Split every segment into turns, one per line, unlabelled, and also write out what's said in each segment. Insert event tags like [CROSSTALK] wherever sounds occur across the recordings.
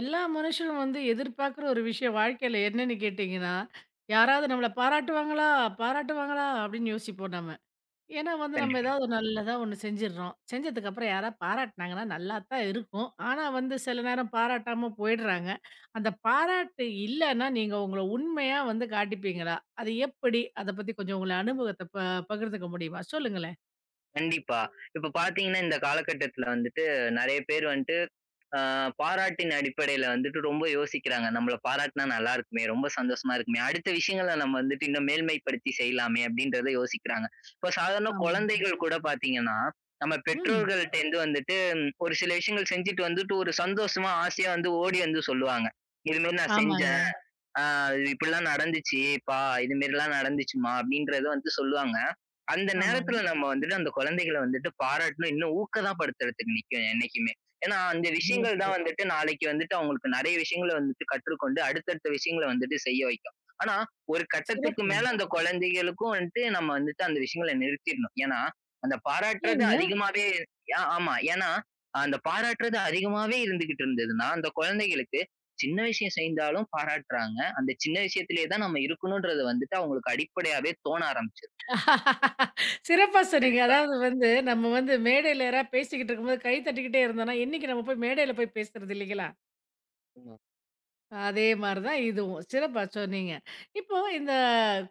எல்லா மனுஷரும் வந்து எதிர்பார்க்குற ஒரு விஷயம் வாழ்க்கையில என்னன்னு கேட்டிங்கன்னா, யாராவது நம்மள பாராட்டுவாங்களா? பாராட்டுவாங்களா? அப்படின்னு யோசிப்போம் நம்ம. ஏன்னா வந்து நம்ம
கண்டிப்பா,
ஏதாவது ஒரு நல்லதா ஒண்ணு செஞ்சிடுறோம். செஞ்சதுக்கப்புறம் யாராவது பாராட்டுனாங்கன்னா நல்லா தான் இருக்கும். ஆனா வந்து சில நேரம் பாராட்டாம போயிடுறாங்க. அந்த பாராட்டு இல்லன்னா, நீங்க உங்கள உண்மையா வந்து காட்டிப்பீங்களா? அது எப்படி? அத பத்தி கொஞ்சம் உங்கள அனுபவத்த பகிர்ந்துக்க முடியுமா? சொல்லுங்களேன்.
கண்டிப்பா. இப்ப பாத்தீங்கன்னா, இந்த காலகட்டத்துல வந்துட்டு நெறைய பேர் வந்துட்டு அ பாராட்டின் அடிப்படையில வந்துட்டு ரொம்ப யோசிக்கிறாங்க. நம்மள பாராட்டுனா நல்லா இருக்குமே! ரொம்ப சந்தோஷமா இருக்குமே! அடுத்த விஷயங்கள நம்ம வந்துட்டு இன்னும் மேல்மைப்படுத்தி செய்யலாமே! அப்டின்றத யோசிக்கிறாங்க. இப்ப சாதாரண
ஆமாங்க.
குழந்தைகள் கூட பாத்தீங்கன்னா, நம்ம
ம்.
பெற்றோர்கள்ட்டேருந்து வந்துட்டு ஒரு சில விஷயங்கள் செஞ்சுட்டு வந்துட்டு ஒரு சந்தோஷமா, ஆசையா வந்து ஓடி வந்து சொல்லுவாங்க. "இதுமாரி நான்
ஆமாங்க,
செஞ்சேன்." ஆ "இது இப்படிலாம் நடந்துச்சுப்பா, இது மாரிலாம் நடந்துச்சும்மா" அப்படின்றத வந்து சொல்லுவாங்க. அந்த
ஆமாங்க.
நேரத்துல நம்ம வந்துட்டு அந்த குழந்தைகள வந்துட்டு பாராட்டணும், இன்னும் ஊக்கதாபடுத்துறதுக்கு நிக்கணும் என்னைக்குமே. ஏன்னா, அந்த விஷயங்கள்
சிறப்பு,
தான் வந்துட்டு நாளைக்கு வந்துட்டு அவங்களுக்கு நெறைய விஷயங்கள வந்துட்டு கற்றுக்கொண்டு அடுத்தடுத்த விஷயங்கள வந்துட்டு செய்ய வைக்கும். ஆனா, ஒரு கட்டத்துக்கு
சிறப்புங்க.
மேல அந்த குழந்தைகளுக்கும் வந்துட்டு நம்ம வந்துட்டு அந்த விஷயங்கள நிறுத்திடணும். ஏன்னா, அந்த பாராட்டுறது
ஏங்க
அதிகமாவே ஆமா. ஏன்னா, அந்த பாராட்டுறது அதிகமாவே இருந்துகிட்டு இருந்ததுன்னா, அந்த குழந்தைகளுக்கு சின்ன விஷயம் செய்தாலும் பாராட்டுறாங்க. அந்த சின்ன விஷயத்திலேயே தான் நம்ம இருக்கணும்ன்றது வந்துட்டு அவங்களுக்கு அடிப்படையாவே தோண ஆரம்பிச்சுரும்.
சிறப்பா சொன்னீங்க.
கண்டிப்பா.
அதாவது வந்து நம்ம வந்து மேடையில யாராவது பேசிக்கிட்டு இருக்கும்போது கை தட்டிக்கிட்டே இருந்தோம்னா, என்னைக்கு நம்ம போய் மேடையில போய் பேசுறது இல்லைங்களா?
ம்.
அதே மாரி தான் இதுவும். சிறப்பா சொன்னீங்க. இப்போ இந்த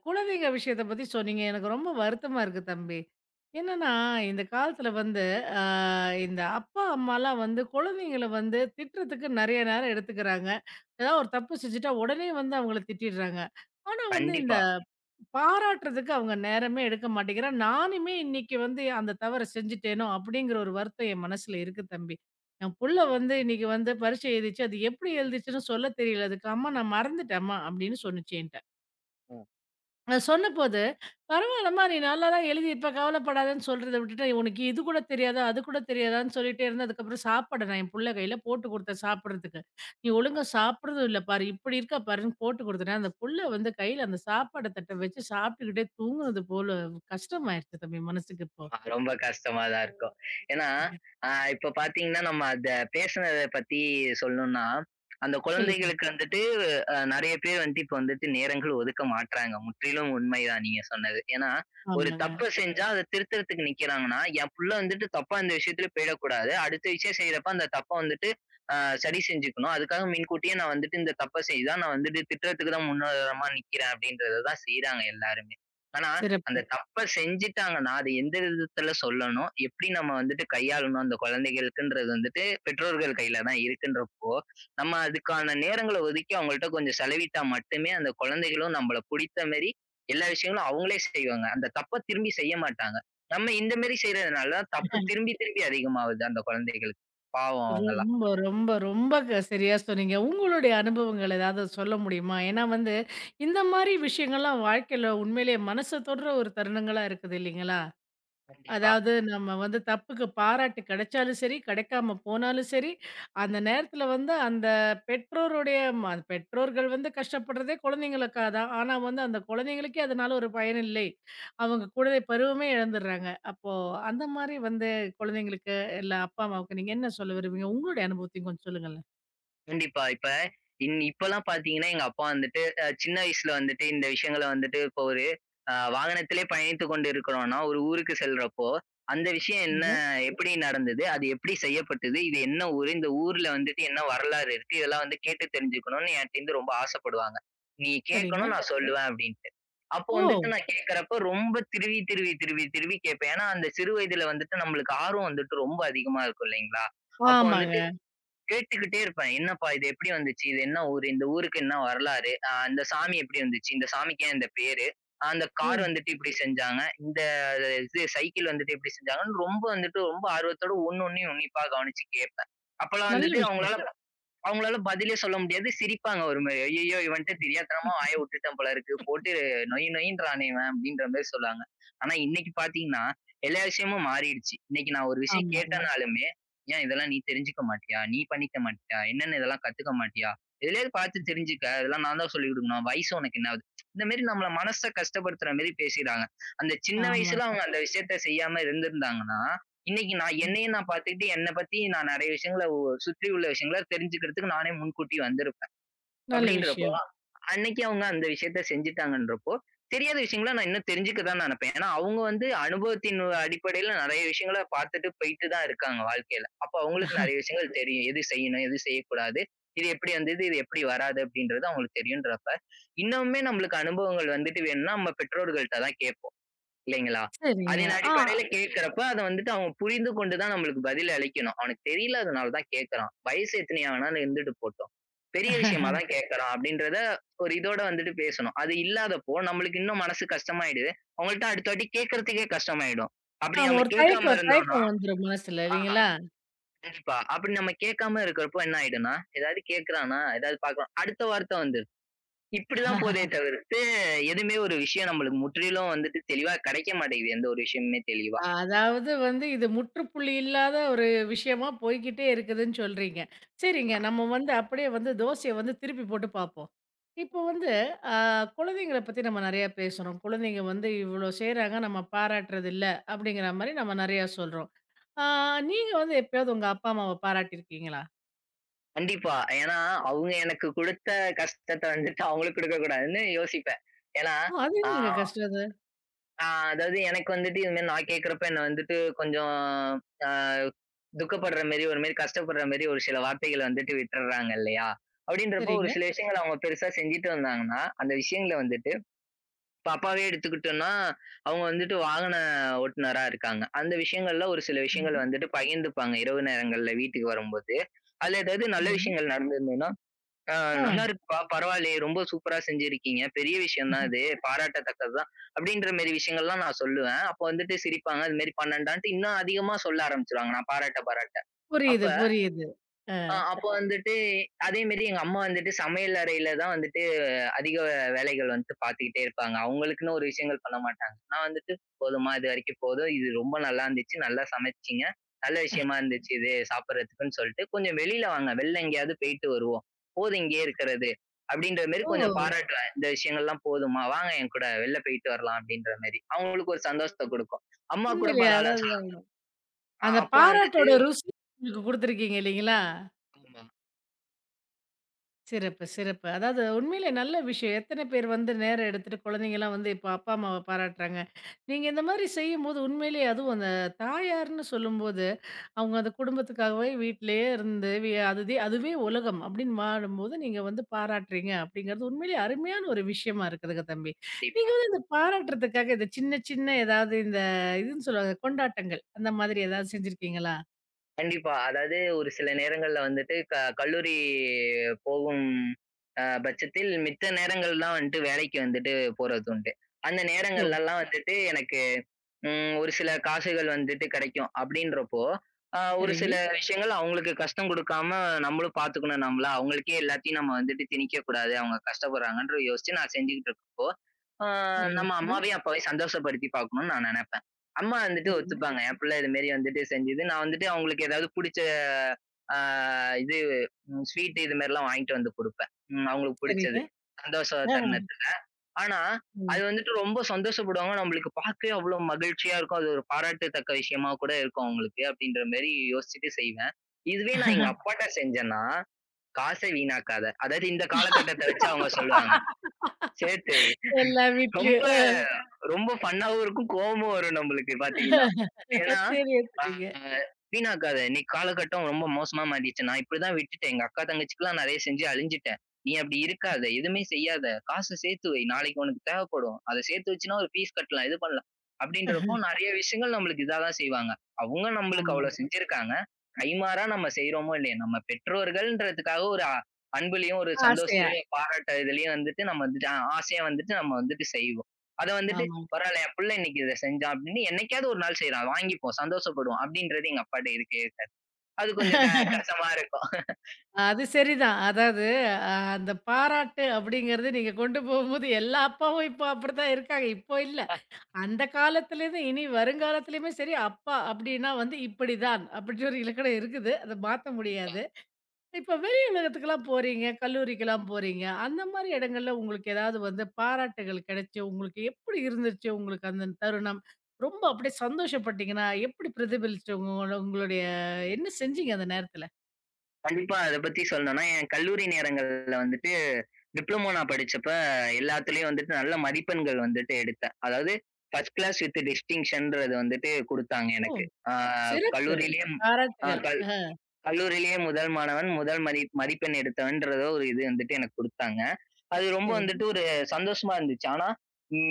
குழந்தைங்க விஷயத்த பத்தி சொன்னீங்க. எனக்கு ரொம்ப வருத்தமா இருக்கு தம்பி. என்னன்னா, இந்த காலத்துல வந்து அ இந்த அப்பா, அம்மாலாம் வந்து குழந்தைங்கள வந்து திட்டுறதுக்கு நெறைய நேரம் எடுத்துக்கிறாங்க. ஏதாவது ஒரு தப்பு செஞ்சுட்டா உடனே வந்து அவங்கள திட்டிடுறாங்க. ஆனா வந்து இந்த
கண்டிப்பா.
பாராட்டுறதுக்கு அவங்க நேரமே எடுக்க மாட்டேங்கிறா. நானுமே இன்னைக்கு வந்து அந்த தவற செஞ்சுட்டேனோ! அப்படிங்கிற ஒரு வருத்தம் என் மனசுல இருக்கு தம்பி. என் புள்ள வந்து இன்னைக்கு வந்து பரீட்சை எழுதிச்சு. அது எப்படி எழுதிச்சுன்னு சொல்ல தெரியல. அதுக்கு அம்மா நான் மறந்துட்டேன்ம்மா அப்படின்னு சொன்னுச்சு என்ட்ட.
அ.
அது சொன்னபோது, "பரவாயில்லம்மா நீ நல்லா தான் எழுதியிருப்ப கவலைப்படாதன்னு" சொல்றத விட்டுட்டு, "உனக்கு இது கூட தெரியாதா? அது கூட தெரியாதான்னு" சொல்லிட்டே இருந்தேன். அதுக்கப்புறம் சாப்பாடு நான் என் புள்ள கையில போட்டு கொடுத்தேன் சாப்பிடுறதுக்கு. "நீ ஒழுங்கா சாப்பிடுறதும் இல்ல பாரு. இப்படி இருக்கா பாருன்னு" போட்டு கொடுத்துட்டேன். அந்த புள்ள வந்து கையில அந்த சாப்பாடு தட்ட வச்சு சாப்பிட்டுக்கிட்டே தூங்குனது போல கஷ்டமாயிருச்சு தம்பி மனசுக்கு இப்போ.
ஆ ரொம்ப கஷ்டமா தான் இருக்கும். ஏன்னா, இப்ப பார்த்தீங்கன்னா, நம்ம அத பேசுனத பத்தி சொல்லணும்னா, அந்த
சொல்லுங்க.
குழந்தைகளுக்கு வந்துட்டு நெறைய பேர் வந்துட்டு இப்ப வந்துட்டு நேரங்கள் ஒதுக்க மாட்றாங்க. முற்றிலும் உண்மைதான் நீங்க சொன்னது. ஏன்னா, ஒரு
ஆமாங்க.
தப்ப செஞ்சா அத திருத்துறதுக்கு நிக்கிறாங்கன்னா, என் புள்ள வந்துட்டு தப்பா இந்த விஷயத்துல போயிடக்கூடாது. அடுத்த விஷயம் செய்றப்ப அந்த தப்ப வந்துட்டு அ சரி செஞ்சுக்கணும். அதுக்காக முன்கூட்டியே நான் வந்துட்டு இந்த தப்ப செய்தா, நான் வந்துட்டு திட்டுறதுக்கு தான் முன்னுதாரணமா நிக்கிறேன் அப்படின்றத தான் செய்றாங்க எல்லாருமே. ஆனா, அந்த
சிறப்பு.
தப்ப செஞ்சுட்டாங்கன்னா, அது எந்த விதத்துல சொல்லணும்? எப்படி நம்ம வந்துட்டு கையாளணும்? அந்த குழந்தைகளுக்குன்றது வந்துட்டு பெற்றோர்கள் கையில தான் இருக்குன்றப்போ, நம்ம அதுக்கான நேரங்கள ஒதுக்கி அவங்கள்ட்ட கொஞ்சம் செலவிட்டா மட்டுமே அந்த குழந்தைகளும் நம்மள புடித்த மாரி எல்லா விஷயங்களும் அவங்களே செய்வாங்க. அந்த தப்ப திரும்பி செய்ய மாட்டாங்க. நம்ம இந்த மாரி செய்றதுனால தப்பு திரும்பி திரும்பி அதிகமாவுது அந்த குழந்தைகளுக்கு. பாவம் அவங்கலாம்.
ரொம்ப, ரொம்ப, ரொம்ப சரியா சொன்னீங்க. உங்களுடைய அனுபவங்கள் ஏதாவது சொல்ல முடியுமா? ஏன்னா வந்து, இந்த மாரி விஷயங்கள்லாம் வாழ்க்கையில உண்மையிலேயே மனச தொடுற ஒரு தருணங்களா இருக்குது இல்லைங்களா?
கண்டிப்பா.
அதாவது நம்ம வந்து தப்புக்கு பாராட்டு கிடைச்சாலும் சரி, கிடைக்காம போனாலும் சரி, அந்த நேரத்தில வந்து அந்த பெற்றோருடைய பெற்றோர்கள் வந்து கஷ்டப்படுறதே குழந்தைங்களுக்கா தான். ஆனா வந்து அந்த குழந்தைங்களுக்கே அதனால ஒரு பயன் இல்லை. அவங்க குழந்தை பருவமே இழந்துடுறாங்க. அப்போ அந்த மாரி வந்து குழந்தைங்களுக்கு இல்ல அப்பா, அம்மாவுக்கு நீங்க என்ன சொல்ல விரும்புவீங்க? உங்களுடைய அனுபவத்தையும் கொஞ்சம் சொல்லுங்களேன்.
கண்டிப்பா. இப்ப இப்பலாம் பாத்தீங்கன்னா, எங்க அப்பா வந்துட்டு சின்ன வயசுல வந்துட்டு இந்த விஷயங்கள வந்துட்டு இப்போ ஒரு வாகனத்திலே பயணித்துக் கொண்டு இருக்கிறோம்னா, ஒரு ஊருக்கு செல்றப்போ, அந்த விஷயம் என்ன
நீங்க
எப்படி நடந்தது? அது எப்படி செய்யப்பட்டது? இது என்ன ஊரு? இந்த ஊர்ல வந்துட்டு என்ன வரலாறு இருக்கு? இதெல்லாம் வந்து கேட்டு தெரிஞ்சுக்கணும்னு என்ட்டருந்து ரொம்ப ஆசைப்படுவாங்க. "நீ
சரிங்க.
கேட்கணும், நான் சிறப்பு. சொல்லுவேன்" அப்படின்ட்டு. அப்போ வந்துட்டு
ஓ!
நான் கேட்கிறப்ப ரொம்ப திருவி, திருவி, திருவி, திருவி கேட்பேன். ஏன்னா, அந்த சிறு வயதுல வந்துட்டு நம்மளுக்கு ஆர்வம் வந்துட்டு ரொம்ப அதிகமா இருக்கும் இல்லைங்களா? அப்போ வந்துட்டு
ஆமாங்க.
கேட்டுக்கிட்டே இருப்பேன். என்னப்பா இது எப்படி வந்துச்சு? இது என்ன ஊரு? இந்த ஊருக்கு என்ன வரலாறு? அந்த சாமி எப்படி வந்துச்சு? இந்த சாமிக்கு ஏன் இந்த பேரு? அந்த
ஓ!
கார் வந்துட்டு இப்படி செஞ்சாங்க. இந்த இது சைக்கிள் வந்துட்டு இப்படி செஞ்சாங்கன்னு ரொம்ப வந்துட்டு ரொம்ப ஆர்வத்தோட ஒண்ணு ஒண்ணையும் உன்னிப்பா கவனிச்சு கேட்பேன். அப்பலாம்
நல்ல
வந்துட்டு
விஷயம்.
அவங்களால அவங்களால பதிலே சொல்ல முடியாது. சிரிப்பாங்க ஒரு மாரி. "ஐயய்யோ! இவன்ட்ட தெரியாத்தனமா வாய விட்டுட்டேன் போல இருக்கு. போட்டு நொய் நொய்ன்றானே இவன்" அப்படின்ற மாரி சொல்லுவாங்க. ஆனா இன்னைக்கு பார்த்தீங்கன்னா, எல்லா விஷயமும் மாறிடுச்சு. இன்னைக்கு நான் ஒரு விஷயம்
ஆமாங்க,
கேட்டேன்னாலுமே, "ஏன் இதெல்லாம் நீ தெரிஞ்சுக்க மாட்டியா? நீ பண்ணிக்க மாட்டியா? என்னன்னு இதெல்லாம் கத்துக்க மாட்டியா? எதுலயாவது பார்த்து தெரிஞ்சுக்க. இதெல்லாம் நான் தான் சொல்லிக் கொடுக்கணும். வயசு உனக்கு என்ன ஆகுது?" இந்த மாரி நம்மள மனச கஷ்டப்படுத்துற மாரி பேசிறாங்க. அந்த சின்ன
ஆமா.
வயசுல அவங்க அந்த விஷயத்த செய்யாம இருந்திருந்தாங்கன்னா, இன்னைக்கு நான்
ம்.
என்னையே நான் பார்த்துக்கிட்டு, என்ன பத்தி நான் நெறைய விஷயங்கள சுற்றி உள்ள விஷயங்கள தெரிஞ்சுக்கிறதுக்கு நானே முன்கூட்டி வந்திருப்பேன்.
நல்ல
அப்படின்றப்போ,
விஷயம்.
அன்னைக்கு அவங்க அந்த விஷயத்த செஞ்சுட்டாங்கன்றப்போ, தெரியாத விஷயங்கள நான் இன்னும் தெரிஞ்சுக்க தான் நெனப்பேன். ஏன்னா, அவங்க வந்து அனுபவத்தின் அடிப்படையில நெறைய விஷயங்கள பார்த்துட்டு போயிட்டு தான் இருக்காங்க வாழ்க்கையில. அப்ப அவங்களுக்கு நெறைய விஷயங்கள் தெரியும். எது செய்யணும், எது செய்யக்கூடாது. இது எப்படி வந்தது, இது எப்படி வராது அப்படின்றது அவங்களுக்கு தெரியுன்றப்ப, இன்னமுமே நம்மளுக்கு அனுபவங்கள் வந்துட்டு வேணும்னா நம்ம பெற்றோர்கள்ட்ட தான் கேட்போம். இல்லைங்களா?
சரிங்க.
அதன் அடிப்படையில கேட்கிறப்ப, அத வந்துட்டு அவங்க புரிந்து கொண்டு தான் நம்மளுக்கு பதில் அளிக்கணும். அவனுக்கு தெரியலாதனால தான் கேட்கிறான். வயசு எத்தனையா வேணாலும் இருந்துட்டு போட்டும். பெரிய விஷயமா
ஆ.
தான் கேட்கிறான் அப்படின்றத ஒரு இதோட வந்துட்டு பேசணும். அது இல்லாதப்போ நம்மளுக்கு இன்னும் மனசு கஷ்டமாயிடுது. அவங்கள்ட்ட அடுத்த வாட்டி கேட்கறதுக்கே கஷ்டமாயிடும். அப்படி
ஆமா.
நம்ம
ஒரு
கேட்காம
தயக்கம்
இருந்தோம்னா
தயக்கம் வந்துரும் மனசுல
ஆ
இல்லைங்களா?
கண்டிப்பா. அப்படி நம்ம கேட்காம இருக்கிறப்போ என்ன ஆயிடும்னா, ஏதாவது கேட்கிறானா, ஏதாவது பார்க்குறான் அடுத்த வார்த்தை வந்துரும். இப்படிதான் போதே
[LAUGHS]
தவிர்த்து, எதுவுமே ஒரு விஷயம் நம்மளுக்கு முற்றிலும் வந்துட்டு தெளிவா கிடைக்க மாட்டேங்குது. எந்த ஒரு விஷயமுமே தெளிவா.
அதாவது வந்து இது முற்றுப்புள்ளி இல்லாத ஒரு விஷயமா போய்க்கிட்டே இருக்குதுன்னு சொல்றீங்க. சரிங்க. நம்ம வந்து அப்படியே வந்து தோசைய வந்து திருப்பி போட்டு பார்ப்போம். இப்போ வந்து அ குழந்தைங்கள பத்தி நம்ம நெறையா பேசுறோம். குழந்தைங்க வந்து இவ்ளோ செய்றாங்க, நம்ம பாராட்டுறதில்ல அப்படிங்கிற மாரி நம்ம நெறையா சொல்றோம். ஆ நீங்க வந்து எப்பயாவது உங்க அப்பா, அம்மாவ பாராட்டியிருக்கீங்களா?
கண்டிப்பா. ஏன்னா, அவங்க எனக்கு குடுத்த கஷ்டத்த வந்துட்டு அவங்களுக்கு குடுக்கக் கூடாதுன்னு யோசிப்பேன். ஏன்னா,
ஓ! அது
ஆ
என்னங்க கஷ்டம் அது?
ஆ அதாவது எனக்கு வந்துட்டு இது மாரி நான் கேட்கிறப்ப என்ன வந்துட்டு கொஞ்சம் அ துக்கப்படுற மாரி, ஒரு மாரி கஷ்டப்படுற மாரி ஒரு சில வார்த்தைகள வந்துட்டு விட்டுர்றாங்க இல்லையா? அப்படின்றப்போ ஒரு
சரிங்க.
சில விஷயங்கள அவங்க பெருசா செஞ்சுட்டு வந்தாங்கன்னா, அந்த விஷயங்கள வந்துட்டு இப்ப அப்பாவே எடுத்துக்கிட்டோம்னா, அவங்க வந்துட்டு வாகன ஓட்டுநரா இருக்காங்க. அந்த விஷயங்கள்ல ஒரு சில
சரிங்க.
விஷயங்கள் வந்துட்டு பகிர்ந்துப்பாங்க இரவு நேரங்கள்ல வீட்டுக்கு வரும்போது. அதுல ஏதாவது நல்ல
சொல்லுங்க.
விஷயங்கள் நடந்திருந்ததுன்னா ஆ
ஆ
நல்லா இருக்குப்பா, பரவாயில்லையே! ரொம்ப சூப்பரா செஞ்சிருக்கீங்க. பெரிய விஷயம் தான் இது. பாராட்டத்தக்கது தான். அப்படின்ற மாரி விஷயங்கள்லாம் நான் சொல்லுவேன். அப்போ வந்துட்டு சிரிப்பாங்க. அது மாரி பண்ணேன்டான்ட்டு இன்னும் அதிகமா சொல்ல ஆரம்பிச்சுருவாங்க. நான் பாராட்ட, பாராட்ட. அப்ப
புரியுது, புரியுது. அ.
அப்போ சிறப்பு. வந்துட்டு அதே மாரி எங்க அம்மா வந்துட்டு சமையல் அறையில தான் வந்துட்டு அதிக வேலைகள் வந்துட்டு பார்த்துக்கிட்டே இருப்பாங்க. அவங்களுக்குன்னு ஒரு விஷயங்கள் பண்ண மாட்டாங்க. நான் வந்துட்டு போதுமா இது வரைக்கும் போதும். இது ரொம்ப நல்லா இருந்துச்சு. நல்லா சமைச்சீங்க. நல்ல விஷயமா இருந்துச்சு இது சாப்பிடுறதுக்குன்னு சொல்லிட்டு, "கொஞ்சம் வெளியில வாங்க. வெளில எங்கேயாவது போயிட்டு வருவோம். போதும் இங்கேயே இருக்கிறது." அப்படின்ற மாரி
ஓ!
கொஞ்சம் பாராட்டுவேன். "இந்த விஷயங்கள்லாம் போதுமா? வாங்க என் கூட வெளில போயிட்டு வரலாம்." அப்படின்ற மாரி. அவங்களுக்கு ஒரு சந்தோஷத்த குடுக்கும். அம்மா கூட
உண்மையிலயா?
பரவாயில்லன்னு
அதாவது
சொல்லலாம்.
அந்த
அப்பா வந்துட்டு
பாராட்டோட ருசி உங்களுக்கு குடுத்துருக்கீங்க இல்லைங்களா?
ஆமா.
சிறப்பு, சிறப்பு. அதாவது உண்மையிலே நல்ல விஷயம். எத்தனை பேர் வந்து நேரம் எடுத்துட்டு குழந்தைங்கலாம் வந்து இப்ப அப்பா, அம்மாவ பாராட்டுறாங்க. நீங்க இந்த மாரி செய்யும்போது உண்மையிலேயே அதுவும் அந்த தாயார்ன்னு சொல்லும்போது, அவங்க அந்த குடும்பத்துக்காகவே வீட்லயே இருந்து அதுதே அதுவே உலகம் அப்படின்னு வாழும்போது, நீங்க வந்து பாராட்டுறீங்க அப்படிங்கிறது உண்மையிலேயே அருமையான ஒரு விஷயமா இருக்குதுங்க தம்பி. நீங்க
கண்டிப்பா.
வந்து இந்த பாராட்டுறதுக்காக இந்த சின்ன சின்ன ஏதாவது இந்த இதுன்னு சொல்லுவாங்க கொண்டாட்டங்கள் அந்த மாதிரி ஏதாவது செஞ்சிருக்கீங்களா?
கண்டிப்பா. அதாவது ஒரு சில நேரங்கள்ல வந்துட்டு கல்லூரி போகும் பட்சத்தில் மித்த நேரங்கள்லாம் வந்துட்டு வேலைக்கு வந்துட்டு போறதுண்டு. அந்த
ஓ!
நேரங்கள்லலாம் வந்துட்டு எனக்கு ஒரு சில காசுகள் வந்துட்டு கிடைக்கும். அப்படின்றப்போ, ஒரு
சரிங்க.
சில விஷயங்கள் அவங்களுக்கு கஷ்டம் குடுக்காம நம்மளும் பார்த்துக்கணும் நம்மள. அவங்களுக்கே எல்லாத்தையும் நம்ம வந்துட்டு திணிக்கக்கூடாது. அவங்க கஷ்டப்படுறாங்கன்ற யோசிச்சு நான் செஞ்சுகிட்டு இருக்கப்போ, அ
நல்ல
நம்ம
விஷயம்.
அம்மாவையும், அப்பாவையும் சந்தோஷப்படுத்தி பார்க்கணும்னு நான் நெனைப்பேன். அம்மா வந்துட்டு
சரிங்க,
ஒத்துப்பாங்க. என் பிள்ளை இது மாரி வந்துட்டு செஞ்சுது. நான் வந்துட்டு அவங்களுக்கு ஏதாவது புடிச்ச அ இது ஸ்வீட் இது மாரிலாம் வாங்கிட்டு வந்து குடுப்பேன். அவங்களுக்கு
சரிங்க.
புடிச்சது. சந்தோஷ
ஆ.
தருணத்துல. ஆனா,
ம்.
அது வந்துட்டு ரொம்ப சந்தோஷப்படுவாங்க. நம்மளுக்கு பார்க்கவே அவ்ளோ மகிழ்ச்சியா இருக்கும். அது ஒரு பாராட்டத்தக்க விஷயமா கூட இருக்கும் அவங்களுக்கு. அப்படின்ற மாரி யோசிச்சுட்டு செய்வேன். இதுவே நான் எங்க அப்பாட்ட செஞ்சேன்னா, காச வீணாக்காத. அதாவது இந்த காலகட்டத்த வச்சு அவங்க சொல்லுவாங்க. சேர்த்து வை.
எல்லா
ரொம்ப
வீட்லயும்.
ரொம்ப ஃபன்னாவும் இருக்கும். கோவமும் வரும் நம்மளுக்கு பார்த்தீங்கன்னா. ஏன்னா,
சரியா
அ
சொன்னீங்க.
வீணாக்காத. இன்னைக்கு காலகட்டம் ரொம்ப மோசமா மாறிடுச்சு. நான் இப்படிதான் விட்டுட்டேன். எங்க அக்கா, தங்கச்சிக்குலாம் நெறைய செஞ்சு அழிஞ்சுட்டேன். நீ அப்படி இருக்காத. எதுவுமே செய்யாத. காச சேர்த்து வை. நாளைக்கு உனக்கு தேவைப்படும். அத சேர்த்து வச்சுன்னா ஒரு ஃபீஸ் கட்டலாம். இது பண்ணலாம். அப்படின்றப்போ நெறைய விஷயங்கள் நம்மளுக்கு இதா தான் செய்வாங்க. அவங்க நம்மளுக்கு அவ்வளோ
ஆமாங்க.
செஞ்சிருக்காங்க. கைமாறா நம்ம செய்றோமோ இல்லையோ, நம்ம பெற்றோர்கள்ன்றதுக்காக ஒரு அன்புலயும் ஒரு
ஆசையா.
சந்தோஷத்துலயும் பாராட்டு இதுலயும் வந்துட்டு நம்ம வந்துட்டு ஆசையா வந்துட்டு நம்ம வந்துட்டு செய்வோம். அத வந்துட்டு
ஆமாங்க.
பரவால்ல என் புள்ள இன்னைக்கு இத செஞ்சான் அப்படின்னு என்னைக்காவது ஒரு நாள் செய்றான். வாங்கிப்போம், சந்தோஷப்படுவோம் அப்படின்றது எங்க அப்பாட்ட இருக்கவே இருக்காது. அது கொஞ்சம் கஷ்டமா இருக்கும்.
அது சரிதான். அதாவது அந்த பாராட்டு அப்படிங்கிறது நீங்க கொண்டு போகும்போது எல்லா அப்பாவும் இப்போ அப்படித்தான் இருக்காங்க. இப்போ இல்ல. அந்த காலத்துலேருந்து இனி வருங்காலத்துலயுமே சரி, அப்பா அப்படின்னா வந்து இப்படிதான். அப்படின்னு ஒரு இலக்கணம் இருக்குது. அத மாத்த
கண்டிப்பா.
முடியாது. இப்ப வெளி உலகத்துக்குலாம் போறீங்க, கல்லூரிக்கெல்லாம் போறீங்க. அந்த மாரி இடங்கள்ல உங்களுக்கு ஏதாவது வந்து பாராட்டுகள் கிடைச்சு, உங்களுக்கு எப்படி இருந்துச்சு? உங்களுக்கு அந்த தருணம்? ரொம்ப அப்படியே சந்தோஷப்பட்டீங்கன்னா, எப்படி பிரதிபலிச்சு உங்களோட உங்களுடைய என்ன செஞ்சீங்க அந்த நேரத்துல?
கண்டிப்பா அத பத்தி சொல்லணும்னா, என் கல்லூரி நேரங்கள்ல வந்துட்டு டிப்ளமோ நான் படிச்சப்ப எல்லாத்துலயும் வந்துட்டு நல்ல மதிப்பெண்கள் வந்துட்டு எடுத்தேன். அதாவது ஃபர்ஸ்ட் கிளாஸ் வித் டிஸ்டிங்ஷன்றது வந்துட்டு குடுத்தாங்க
ஓ!
எனக்கு. ஆ
சிறப்பு.
கல்லூரியிலயும் ஆ
பாராட்டுகள்.
க
அ.
கல்லூரியிலேயே முதல் மாணவன், முதல் மதிப்பெண் எடுத்தவன்றத ஒரு இது வந்துட்டு எனக்கு குடுத்தாங்க. அது ரொம்ப
சரிங்க.
வந்துட்டு ஒரு சந்தோஷமா இருந்துச்சு. ஆனா,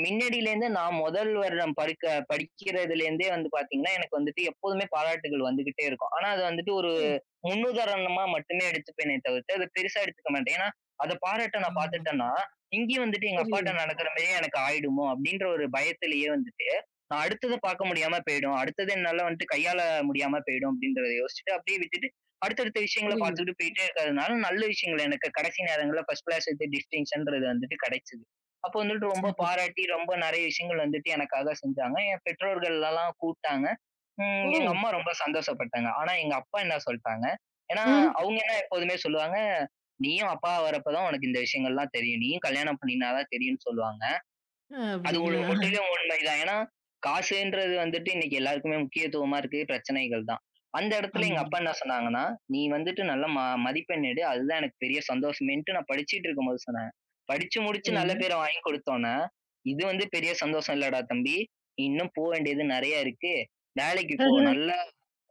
மின்னாடிலேருந்து நான் முதல் வருடம் படிக்கிறதுலேருந்தே வந்து பார்த்தீங்கன்னா, எனக்கு வந்துட்டு எப்போதுமே பாராட்டுகள் வந்துகிட்டே இருக்கும். ஆனா, அது வந்துட்டு ஒரு
ஓ!
முன்னுதாரணமா மட்டுமே எடுத்துப்பேனே தவிர்த்து, அத பெருசா எடுத்துக்க மாட்டேன். ஏன்னா, அத பாராட்ட
ஆ
நான் பார்த்துட்டேன்னா, இங்கேயும் வந்துட்டு எங்க அப்பாட்ட
புரியுது,
நடக்கிற மாரியே எனக்கு ஆயிடுமோ! அப்டின்ற ஒரு பயத்திலேயே வந்துட்டு, நான் அடுத்தத பார்க்க முடியாம போயிடும். அடுத்தது என்னால வந்துட்டு கையாள முடியாம போயிடும் அப்டின்றத யோசிச்சுட்டு, அப்டியே விட்டுட்டு அடுத்தடுத்த விஷயங்கள
புரியுது.
பார்த்துக்கிட்டு போயிட்டே இருக்கிறதுனால, நல்ல விஷயங்கள் எனக்கு கடைசி நேரங்கள்ல ஃபர்ஸ்ட் கிளாஸ் வித் டிஸ்டிங்ஷன்றது வந்துட்டு கிடைச்சது. அப்போ வந்துட்டு ரொம்ப
சிறப்பு.
பாராட்டி, ரொம்ப நெறைய விஷயங்கள் வந்துட்டு எனக்காக செஞ்சாங்க. என் பெற்றோர்கள்லாம் கூப்ட்டாங்க. எங்க
ஓ!
அம்மா ரொம்ப சந்தோஷப்பட்டாங்க. ஆனா எங்க அப்பா என்ன சொல்ட்டாங்க, ஏன்னா
ம்.
அவங்க என்ன எப்போதுமே சொல்லுவாங்க, "நீயும் அப்பா வரப்ப தான் உனக்கு இந்த விஷயங்கள்லாம் தெரியும். நீயும் கல்யாணம் பண்ணினா தான் தெரியும்ன்னு" சொல்லுவாங்க. அது ஒரு
அப்படிங்களா?
முற்றிலும் உண்மைதான். ஏன்னா, காசுன்றது வந்துட்டு இன்னைக்கு எல்லாருக்குமே முக்கியத்துவமா இருக்கு. பிரச்சனைகள் தான். அந்த இடத்துல எங்க
ஆமா.
அப்பா என்ன சொன்னாங்கன்னா, "நீ வந்துட்டு நல்ல மதிப்பெண் எடு. அதுதான் எனக்கு பெரிய சந்தோஷமேன்ட்டு" நான் படிச்சுட்டு இருக்கும்போது சொன்னாங்க. படிச்சு முடிச்சு நல்ல
சரிங்க.
பேர வாங்கி குடுத்தோன்னே, "இது வந்து பெரிய சந்தோஷம் இல்லடா தம்பி. நீ இன்னும் போ வேண்டியது நெறைய இருக்கு. வேலைக்கு போ. நல்ல
[LAUGHS]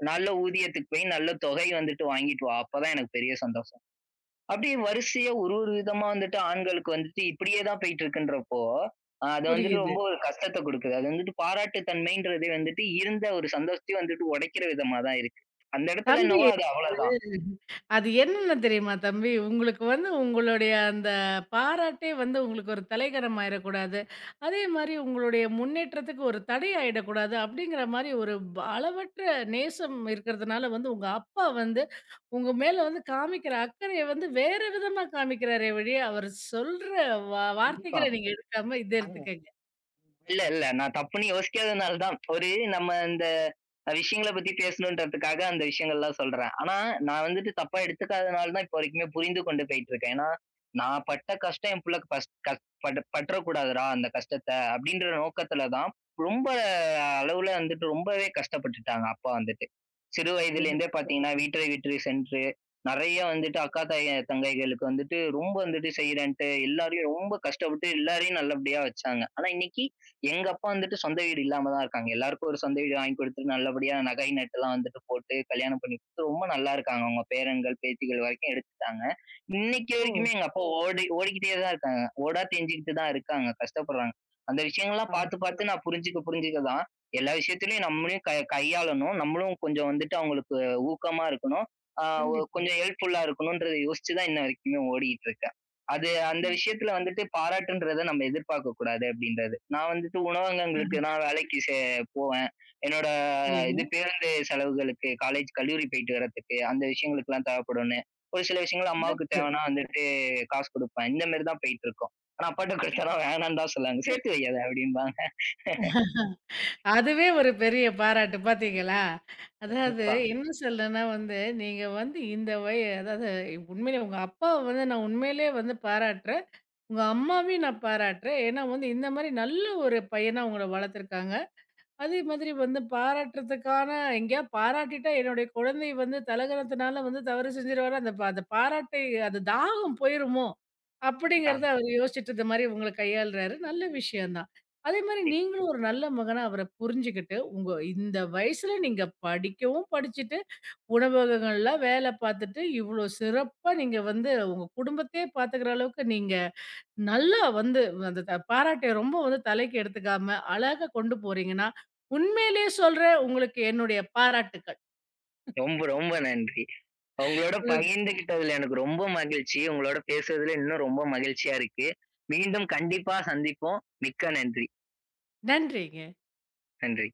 நல்ல ஊதியத்துக்கு போய் நல்ல தொகை வந்துட்டு வாங்கிட்டு வா. அப்பதான் எனக்கு பெரிய சந்தோஷம்." அப்படியே வரிசையா ஒரு ஒரு விதமா வந்துட்டு ஆண்களுக்கு வந்துட்டு இப்படியே தான் போயிட்டு இருக்குன்றப்போ, அது வந்துட்டு
புரியுது.
ரொம்ப ஒரு கஷ்டத்த குடுக்குது. அது வந்துட்டு பாராட்டு தன்மைன்றது வந்துட்டு இருந்த ஒரு சந்தோஷத்தையும் வந்துட்டு உடைக்கிற விதமா தான் இருக்கு. அந்த இடத்துல
தம்பி
என்னவோ அது அவ்வளதான்.
அது என்னென்ன தெரியுமா தம்பி? உங்களுக்கு வந்து உங்களுடைய அந்த பாராட்டே வந்து உங்களுக்கு ஒரு தலைகனம் ஆயிறக்கூடாது. அதே மாரி உங்களுடைய முன்னேற்றத்துக்கு ஒரு தடை ஆயிடக்கூடாது. அப்படிங்கிற மாரி ஒரு அளவற்ற நேசம் இருக்கிறதுனால வந்து உங்க அப்பா வந்து உங்க மேல வந்து காமிக்கிற அக்கறைய வந்து வேற விதமா காமிக்கிறாரே ஒழிய, அவர் சொல்ற
கண்டிப்பா.
வார்த்தைகள நீங்க எடுக்காம இத
ஆ.
எடுத்துக்கங்க.
இல்ல, இல்ல. நான் தப்புன்னு யோசிக்காதனால தான். நம்ம இந்த விஷயங்கள பத்தி பேசணுன்றதுக்காக அந்த விஷயங்கள்லாம் சொல்றேன். ஆனா, நான் வந்துட்டு தப்பா எடுத்துக்காதனால தான் இப்போ வரைக்குமே புரிந்து கொண்டு போயிட்டுருக்கேன். ஏன்னா, நான் பட்ட கஷ்டம் என் புள்ள பஸ் கஸ் பட பற்றக்கூடாதுடா அந்த கஷ்டத்த அப்படின்ற நோக்கத்துல தான் ரொம்ப அளவுல வந்துட்டு ரொம்பவே கஷ்டப்பட்டுட்டாங்க அப்பா வந்துட்டு. சிறு
சிறப்பு.
வயதிலேருந்தே பாத்தீங்கன்னா, வீட்டை விட்டு சென்று நெறைய வந்துட்டு அக்கா தங்கைகளுக்கு வந்துட்டு ரொம்ப வந்துட்டு செய்றேன்ட்டு எல்லாரையும் ரொம்ப கஷ்டப்பட்டு எல்லாரையும் நல்லபடியா வச்சாங்க. ஆனா இன்னைக்கு எங்க அப்பா வந்துட்டு சொந்த வீடு இல்லாம தான் இருக்காங்க. எல்லாருக்கும் ஒரு சொந்த வீடு வாங்கி குடுத்துட்டு, நல்லபடியா நகை, நட்டுலாம் வந்துட்டு போட்டு கல்யாணம் பண்ணி குடுத்து ரொம்ப நல்லா இருக்காங்க. அவங்க பேரன்கள், பேத்திகள் வரைக்கும் எடுத்துட்டாங்க. இன்னைக்கு
ஓ!
வரைக்குமே எங்க அப்பா ஓடி ஓடிக்கிட்டே தான் இருக்காங்க. ஓடா தெஞ்சுக்கிட்டு தான் இருக்காங்க. கஷ்டப்படுறாங்க. அந்த விஷயங்கள்லாம்
ஆ.
பார்த்து, பார்த்து நான் புரிஞ்சுக்க, புரிஞ்சுக்க தான் எல்லா விஷயத்துலயும் நம்மளையும் கையாளணும். நம்மளும் கொஞ்சம் வந்துட்டு அவங்களுக்கு ஊக்கமா இருக்கணும். ஆ ஒ
கண்டிப்பா.
கொஞ்சம் ஹெல்ப்ஃபுல்லா இருக்கணும்ன்றத யோசிச்சு தான் இன்ன வரைக்குமே ஓடிக்கிட்டு இருக்கேன். அது அந்த
ம்.
விஷயத்துல வந்துட்டு பாராட்டுன்றத நம்ம எதிர்பார்க்கக் கூடாது அப்படின்றது. நான் வந்துட்டு உணவகங்களுக்கு
ஆஹ.
நான் வேலைக்கு போவேன். என்னோட
சரிங்க.
இது பேருந்து செலவுகளுக்கு, காலேஜ், கல்லூரி போயிட்டு வர்றதுக்கு, அந்த விஷயங்களுக்கெல்லாம் தேவைப்படும்ன்னு. ஒரு சில விஷயங்கள் அம்மாவுக்கு
சிறப்பு.
தேவைன்னா வந்துட்டு காசு குடுப்பேன். இந்த மாரி தான் போயிட்டு இருக்கும். ஆனா அப்பாட்ட குடுத்தா வேணான்னு தான் சொல்லுவாங்க. "சேர்த்து வையாத" அப்படிம்பாங்க.
அதுவே ஒரு பெரிய பாராட்டு பார்த்தீங்களா? அதாவது
கண்டிப்பா.
என்ன சொல்றேன்னா வந்து, நீங்க வந்து இந்த அதாவது உண்மையிலே உங்க அப்பாவ வந்து நான் உண்மையிலேயே வந்து பாராட்டுறேன். உங்க அம்மாவையும் நான் பாராட்டுறேன். ஏன்னா வந்து இந்த மாரி நல்ல ஒரு பையனா உங்கள வளர்த்துருக்காங்க. அதே மாதிரி வந்து பாராட்டுறதுக்கான எங்கேயாவது பாராட்டிட்டா என்னுடைய குழந்தை வந்து தலகணத்தினால வந்து தவறு செஞ்சிருவாரு அந்த அந்த பாராட்டை அந்த தாகம் போயிருமோ
ஆமா.
அப்படிங்கிறத அவர் யோசிச்சுட்டு இந்த மாதிரி உங்களை கையாளுறாரு நல்ல விஷயம்தான் அதே மாதிரி
கண்டிப்பா.
நீங்களும் ஒரு நல்ல மகனா அவரை புரிஞ்சுக்கிட்டு உங்க இந்த வயசுல நீங்க படிக்கவும் படிச்சுட்டு உணவகங்கள்ல வேலை பார்த்துட்டு இவ்வளோ சிறப்பா நீங்க வந்து உங்க குடும்பத்தையே பாத்துக்கிற அளவுக்கு நீங்க நல்லா வந்து அந்த பாராட்டை ரொம்ப வந்து தலைக்கு எடுத்துக்காம, அழகா கொண்டு போறீங்கன்னா, உண்மையிலேயே சொல்றேன் உங்களுக்கு என்னுடைய பாராட்டுக்கள்.
ரொம்ப, ரொம்ப நன்றி. உங்களோட
ம்.
பகிர்ந்துகிட்டதுல எனக்கு ரொம்ப மகிழ்ச்சி. உங்களோட பேசுனதுல இன்னும் ரொம்ப மகிழ்ச்சியா இருக்கு. மீண்டும் கண்டிப்பா சந்திப்போம். மிக்க நன்றி.
நன்றிங்க.
நன்றி.